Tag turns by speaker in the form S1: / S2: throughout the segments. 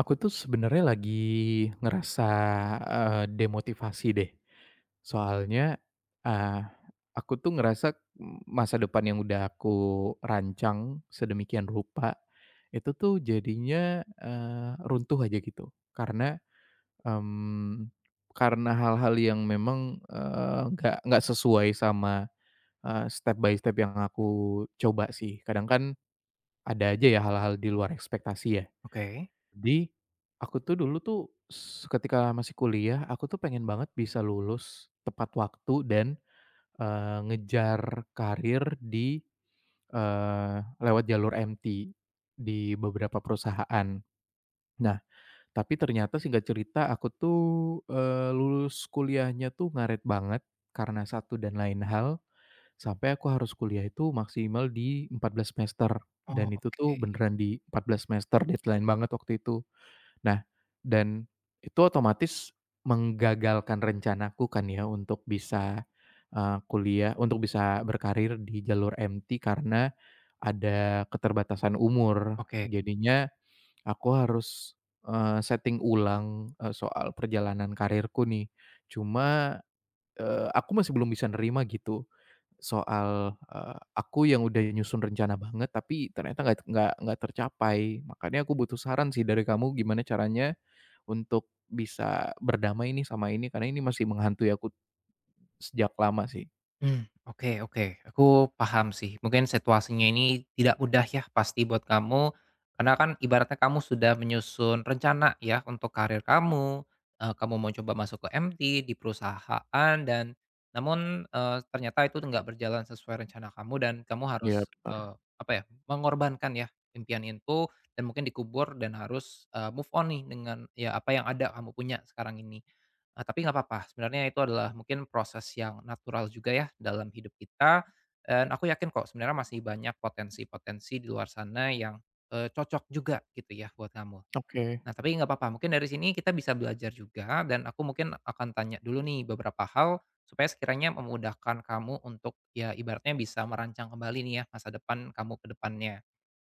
S1: Aku tuh sebenarnya lagi ngerasa, demotivasi deh. Soalnya, eee, aku tuh ngerasa, masa depan yang udah aku rancang sedemikian rupa, itu tuh jadinya, runtuh aja gitu. Karena, mmm, karena hal-hal yang memang, nggak sesuai sama, step by step yang aku coba sih. Kadang kan ada aja ya hal-hal di luar ekspektasi ya.
S2: Oke.
S1: Jadi, aku tuh dulu tuh ketika masih kuliah, aku tuh pengen banget bisa lulus tepat waktu dan, ngejar karir di, eee, lewat jalur MT di beberapa perusahaan. Nah, tapi ternyata singkat cerita aku tuh, lulus kuliahnya tuh ngaret banget karena satu dan lain hal, sampai aku harus kuliah itu maksimal di 14 semester
S2: Oh,
S1: dan itu tuh
S2: oke
S1: beneran di 14 semester, deadline banget waktu itu. Nah, dan itu otomatis menggagalkan rencanaku kan ya untuk bisa, kuliah untuk bisa berkarir di jalur MT karena ada keterbatasan umur.
S2: oke.
S1: Jadinya aku harus, setting ulang, soal perjalanan karirku nih. Cuma, aku masih belum bisa nerima gitu soal, aku yang udah nyusun rencana banget tapi ternyata nggak tercapai. Makanya aku butuh saran sih dari kamu gimana caranya untuk bisa berdamai nih sama ini, karena ini masih menghantui aku sejak lama sih.
S2: Mmm. Oke oke, aku paham sih. Mungkin situasinya ini tidak mudah ya pasti buat kamu, karena kan ibaratnya kamu sudah menyusun rencana ya untuk karir kamu, kamu mau coba masuk ke MT di perusahaan dan namun, ternyata itu nggak berjalan sesuai rencana kamu dan kamu
S1: Iya
S2: harus,
S1: benar.
S2: apa ya, mengorbankan ya impian itu dan mungkin dikubur dan harus, move on nih dengan ya apa yang ada kamu punya sekarang ini. Tapi nggak apa-apa, sebenarnya itu adalah mungkin proses yang natural juga ya dalam hidup kita, dan aku yakin kok sebenarnya masih banyak potensi-potensi di luar sana yang, cocok juga gitu ya buat kamu.
S1: Oke.
S2: Nah tapi nggak apa-apa, mungkin dari sini kita bisa belajar juga dan aku mungkin akan tanya dulu nih beberapa hal, supaya sekiranya memudahkan kamu untuk ya ibaratnya bisa merancang kembali nih ya masa depan kamu ke depannya.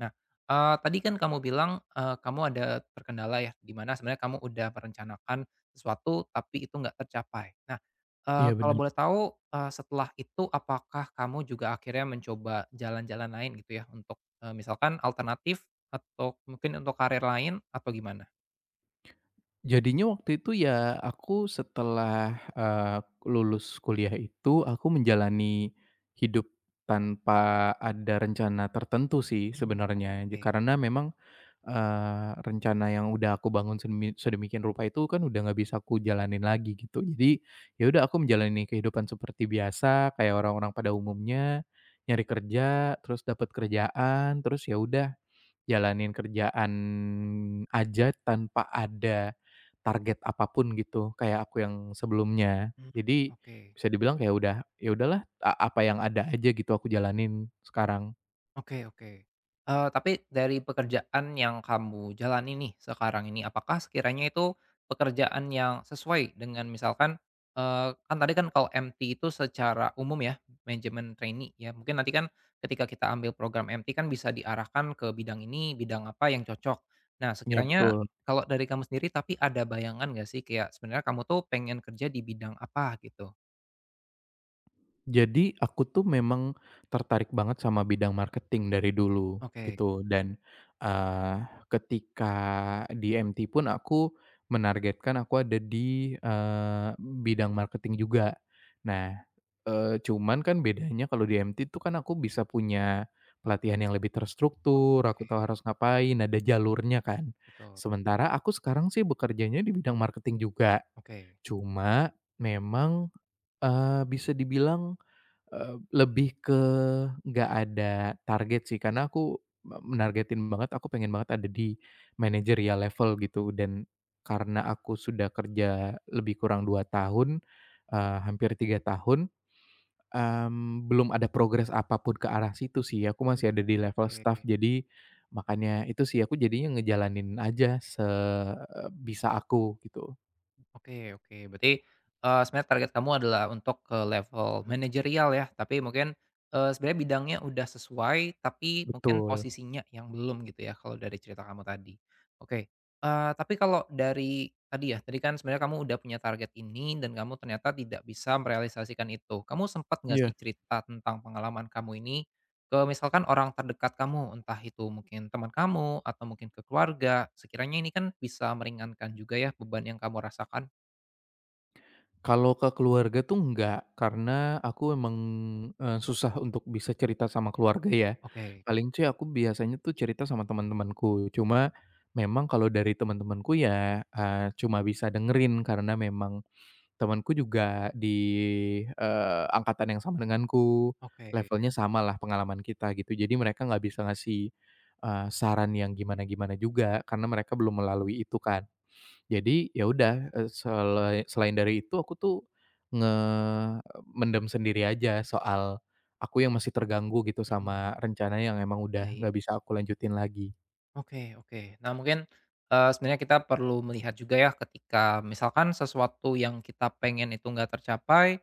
S2: Nah, tadi kan kamu bilang, kamu ada terkendala ya, di mana sebenarnya kamu udah merencanakan sesuatu, tapi itu nggak tercapai. Nah,
S1: Iya
S2: kalau
S1: benar.
S2: boleh tahu, setelah itu apakah kamu juga akhirnya mencoba jalan-jalan lain gitu ya, untuk, misalkan alternatif atau mungkin untuk karir lain atau gimana?
S1: Jadinya waktu itu ya aku setelah, lulus kuliah itu, aku menjalani hidup tanpa ada rencana tertentu sih
S2: Mmm,
S1: sebenarnya.
S2: oke,
S1: Karena memang rencana yang udah aku bangun sedemikian rupa itu kan udah nggak bisa aku jalanin lagi gitu. Jadi, ya udah aku menjalani kehidupan seperti biasa kayak orang-orang pada umumnya, nyari kerja, terus dapat kerjaan, terus ya udah jalanin kerjaan aja tanpa ada target apapun gitu kayak aku yang sebelumnya.
S2: mhm.
S1: Jadi,
S2: Oke.
S1: bisa dibilang kayak udah, ya udahlah apa yang ada aja gitu aku jalanin sekarang.
S2: Oke oke. Tapi dari pekerjaan yang kamu jalani nih sekarang ini, apakah sekiranya itu pekerjaan yang sesuai dengan misalkan, kan tadi kan kalau MT itu secara umum ya, manajemen trainee ya, mungkin nanti kan ketika kita ambil program MT kan bisa diarahkan ke bidang ini, bidang apa yang cocok. Nah,
S1: Ya
S2: sekiranya
S1: betul.
S2: kalau dari kamu sendiri, tapi ada bayangan nggak sih kayak sebenarnya kamu tuh pengen kerja di bidang apa gitu?
S1: Jadi aku tuh memang tertarik banget sama bidang marketing dari dulu
S2: Oke
S1: gitu dan, eee, ketika di MT pun aku menargetkan aku ada di, bidang marketing juga. Nah, cuman kan bedanya kalau di MT tuh kan aku bisa punya pelatihan yang lebih terstruktur, aku tahu
S2: oke,
S1: harus ngapain, ada jalurnya kan.
S2: betul.
S1: Sementara aku sekarang sih bekerjanya di bidang marketing juga,
S2: Oke.
S1: cuma memang, bisa dibilang lebih ke nggak ada target sih, karena aku menargetin banget, aku pengen banget ada di managerial level gitu dan karena aku sudah kerja lebih kurang 2 tahun, hampir 3 tahun, belum ada progres apapun ke arah situ sih, aku
S2: Mmm,
S1: masih ada di level staff.
S2: oke.
S1: Jadi makanya itu sih, aku jadinya ngejalanin aja sebisa aku gitu.
S2: Oke oke. Berarti, sebenarnya target kamu adalah untuk ke level manajerial ya, tapi mungkin, sebenarnya bidangnya udah sesuai, tapi mungkin
S1: Betul.
S2: posisinya yang belum gitu ya, kalau dari cerita kamu tadi. Oke, tapi kalau dari tadi ya, tadi kan sebenarnya kamu udah punya target ini dan kamu ternyata tidak bisa merealisasikan itu. Kamu sempat nggak
S1: Iya.
S2: sih cerita tentang pengalaman kamu ini ke misalkan orang terdekat kamu, entah itu mungkin teman kamu atau mungkin ke keluarga? Sekiranya ini kan bisa meringankan juga ya beban yang kamu rasakan.
S1: Kalau ke keluarga tuh enggak, karena aku emang, susah untuk bisa cerita sama keluarga ya.
S2: Oke
S1: Paling sih aku biasanya tuh cerita sama teman-temanku, cuma memang kalau dari teman-temanku ya, cuma bisa dengerin karena memang temanku juga di, angkatan yang sama denganku,
S2: oke,
S1: levelnya samalah pengalaman kita gitu. Jadi mereka nggak bisa ngasih, saran yang gimana-gimana juga karena mereka belum melalui itu kan. Jadi, ya udah, selain dari itu aku tuh nge mendem sendiri aja soal aku yang masih terganggu gitu
S2: mhm,
S1: sama rencana yang emang udah
S2: baik,
S1: nggak bisa aku lanjutin lagi.
S2: oke oke. Nah mungkin, sebenarnya kita perlu melihat juga ya ketika misalkan sesuatu yang kita pengen itu nggak tercapai,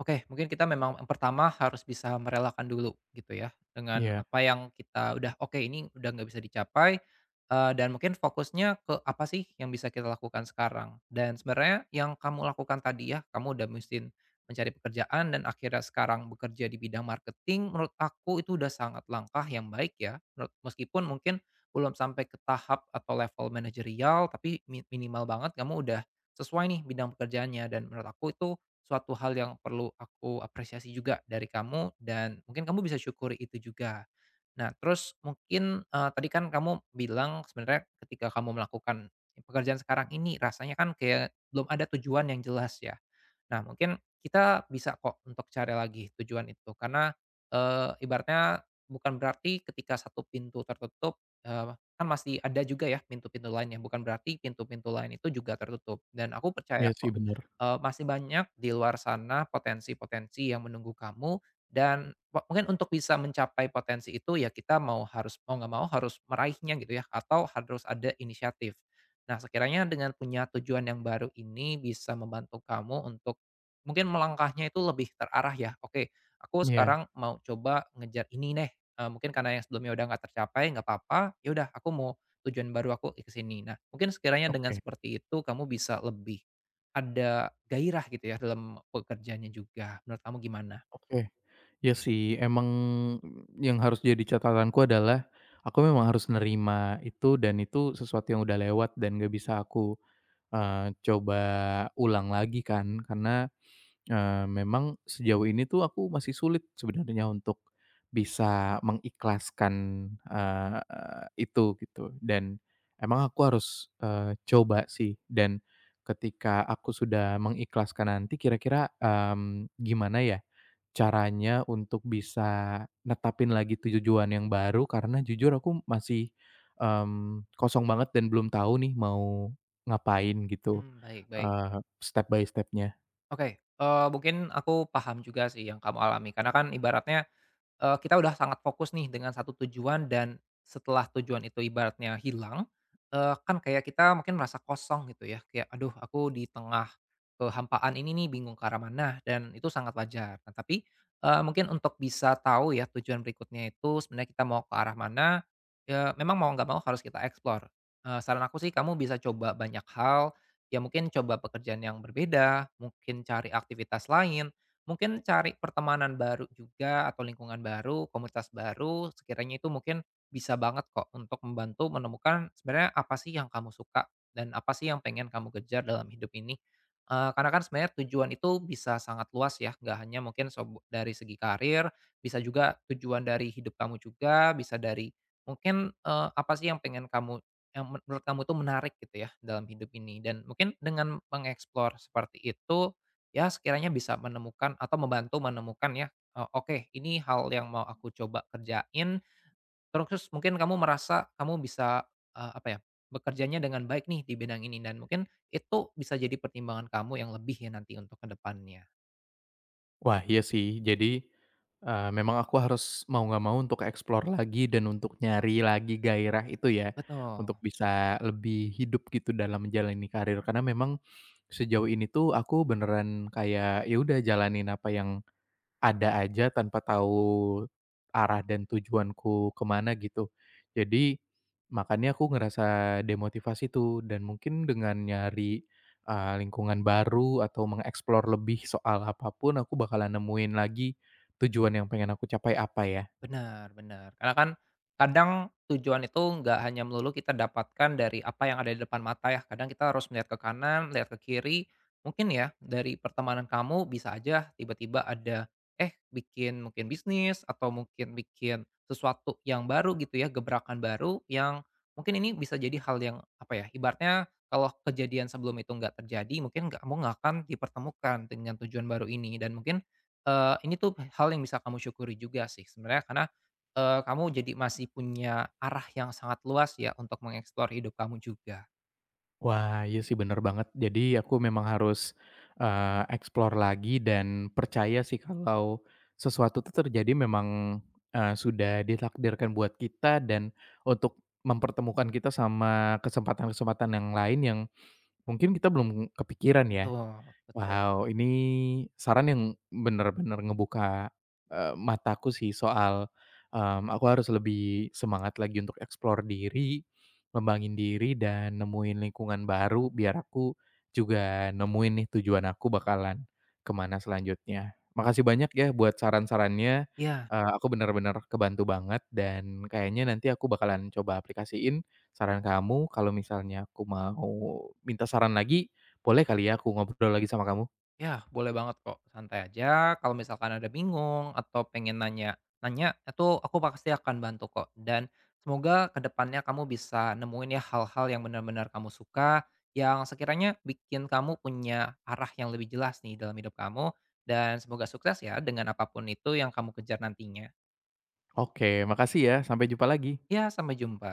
S2: oke, mungkin kita memang yang pertama harus bisa merelakan dulu gitu ya, dengan
S1: Iya.
S2: apa yang kita udah, "Oke, ini udah nggak bisa dicapai," dan mungkin fokusnya ke apa sih yang bisa kita lakukan sekarang. Dan sebenarnya yang kamu lakukan tadi ya, kamu udah mesti mencari pekerjaan dan akhirnya sekarang bekerja di bidang marketing, menurut aku itu udah sangat langkah yang baik ya, menurut meskipun mungkin belum sampai ke tahap atau level manajerial, tapi minimal banget kamu udah sesuai nih bidang pekerjaannya dan menurut aku itu suatu hal yang perlu aku apresiasi juga dari kamu dan mungkin kamu bisa syukuri itu juga. Nah, terus mungkin, tadi kan kamu bilang sebenarnya ketika kamu melakukan pekerjaan sekarang ini rasanya kan kayak belum ada tujuan yang jelas ya. Nah, mungkin kita bisa kok untuk cari lagi tujuan itu karena, ibaratnya bukan berarti ketika satu pintu tertutup, eee, kan masih ada juga ya pintu-pintu lainnya, bukan berarti pintu-pintu lain itu juga tertutup dan aku percaya
S1: Iya sih
S2: kok
S1: bener.
S2: masih banyak di luar sana potensi-potensi yang menunggu kamu dan mungkin untuk bisa mencapai potensi itu ya kita mau harus mau nggak mau harus meraihnya gitu ya atau harus ada inisiatif. Nah sekiranya dengan punya tujuan yang baru ini bisa membantu kamu untuk mungkin melangkahnya itu lebih terarah ya, "Oke, aku
S1: Iya.
S2: sekarang mau coba ngejar ini deh," mungkin karena yang sebelumnya udah nggak tercapai nggak apa-apa, "Ya udah aku mau tujuan baru aku ke sini." Nah mungkin sekiranya dengan
S1: Oke,
S2: seperti itu kamu bisa lebih ada gairah gitu ya dalam pekerjaannya juga, menurut kamu gimana?
S1: oke. Iya sih emang yang harus jadi catatanku adalah aku memang harus nerima itu dan itu sesuatu yang udah lewat dan nggak bisa aku, eee, coba ulang lagi kan karena memang sejauh ini tuh aku masih sulit sebenarnya untuk bisa mengikhlaskan, eee, itu gitu dan emang aku harus, coba sih dan ketika aku sudah mengikhlaskan nanti kira-kira, gimana ya caranya untuk bisa netapin lagi tujuan yang baru karena jujur aku masih, kosong banget dan belum tahu nih mau ngapain gitu,
S2: Hmm, baik baik.
S1: step by stepnya.
S2: Oke, mungkin aku paham juga sih yang kamu alami karena kan ibaratnya kita udah sangat fokus nih dengan satu tujuan dan setelah tujuan itu ibaratnya hilang, kan kayak kita mungkin merasa kosong gitu ya, kayak, "Aduh aku di tengah kehampaan ini nih bingung ke arah mana," dan itu sangat wajar. Nah tapi, mungkin untuk bisa tahu ya tujuan berikutnya itu sebenarnya kita mau ke arah mana, ya memang mau nggak mau harus kita explore. Saran aku sih kamu bisa coba banyak hal, ya mungkin coba pekerjaan yang berbeda, mungkin cari aktivitas lain, mungkin cari pertemanan baru juga atau lingkungan baru, komunitas baru, sekiranya itu mungkin bisa banget kok untuk membantu menemukan sebenarnya apa sih yang kamu suka dan apa sih yang pengen kamu kejar dalam hidup ini. Karena kan sebenarnya tujuan itu bisa sangat luas ya, nggak hanya mungkin sob dari segi karir, bisa juga tujuan dari hidup kamu juga, bisa dari mungkin, apa sih yang pengen kamu yang menurut kamu tuh menarik gitu ya dalam hidup ini dan mungkin dengan mengeksplor seperti itu ya sekiranya bisa menemukan atau membantu menemukan ya, "Oke ini hal yang mau aku coba kerjain," terus mungkin kamu merasa kamu bisa, apa ya, bekerjanya dengan baik nih di bidang ini dan mungkin itu bisa jadi pertimbangan kamu yang lebih ya nanti untuk kedepannya,
S1: Wah, iya sih. Jadi, memang aku harus mau nggak mau untuk explore lagi dan untuk nyari lagi gairah itu ya, untuk
S2: betul.
S1: bisa lebih hidup gitu dalam menjalani karir. Karena memang sejauh ini tuh aku beneran kayak, ya udah jalanin apa yang ada aja tanpa tahu arah dan tujuanku kemana gitu. Jadi, makanya aku ngerasa demotivasi tuh dan mungkin dengan nyari, lingkungan baru atau mengeksplor lebih soal apapun aku bakalan nemuin lagi tujuan yang pengen aku capai apa ya.
S2: Benar benar, karena kan kadang tujuan itu nggak hanya melulu kita dapatkan dari apa yang ada di depan mata ya, kadang kita harus melihat ke kanan, melihat ke kiri. Mungkin ya dari pertemanan kamu bisa aja tiba-tiba ada, eh, bikin mungkin bisnis atau mungkin bikin sesuatu yang baru gitu ya, gebrakan baru yang mungkin ini bisa jadi hal yang apa ya, ibaratnya kalau kejadian sebelum itu nggak terjadi mungkin kamu nggak akan dipertemukan dengan tujuan baru ini dan mungkin ini tuh hal yang bisa kamu syukuri juga sih sebenarnya karena, kamu jadi masih punya arah yang sangat luas ya untuk mengeksplor hidup kamu juga.
S1: Wah, iya sih bener banget. Jadi aku memang harus, explore lagi dan percaya sih kalau sesuatu itu terjadi memang, sudah ditakdirkan buat kita dan untuk mempertemukan kita sama kesempatan-kesempatan yang lain yang mungkin kita belum kepikiran ya.
S2: Betul betul.
S1: Wow, ini saran yang benar-benar ngebuka, mataku sih soal, aku harus lebih semangat lagi untuk eksplor diri, ngembangin diri dan nemuin lingkungan baru biar aku juga nemuin nih tujuan aku bakalan kemana mana selanjutnya. Makasih banyak ya buat saran-sarannya,
S2: Iya.
S1: aku benar-benar kebantu banget dan kayaknya nanti aku bakalan coba aplikasiin saran kamu, kalau misalnya aku mau minta saran lagi boleh kali ya aku ngobrol lagi sama kamu?
S2: Ya, boleh banget kok, santai aja. Kalau misalkan ada bingung atau pengen nanya, nanya itu aku pasti akan bantu kok. Dan semoga kedepannya kamu bisa nemuin ya hal-hal yang benar-benar kamu suka, yang sekiranya bikin kamu punya arah yang lebih jelas nih dalam hidup kamu. Dan semoga sukses ya dengan apapun itu yang kamu kejar nantinya.
S1: Oke, makasih ya. Sampai jumpa lagi.
S2: Ya, sampai jumpa.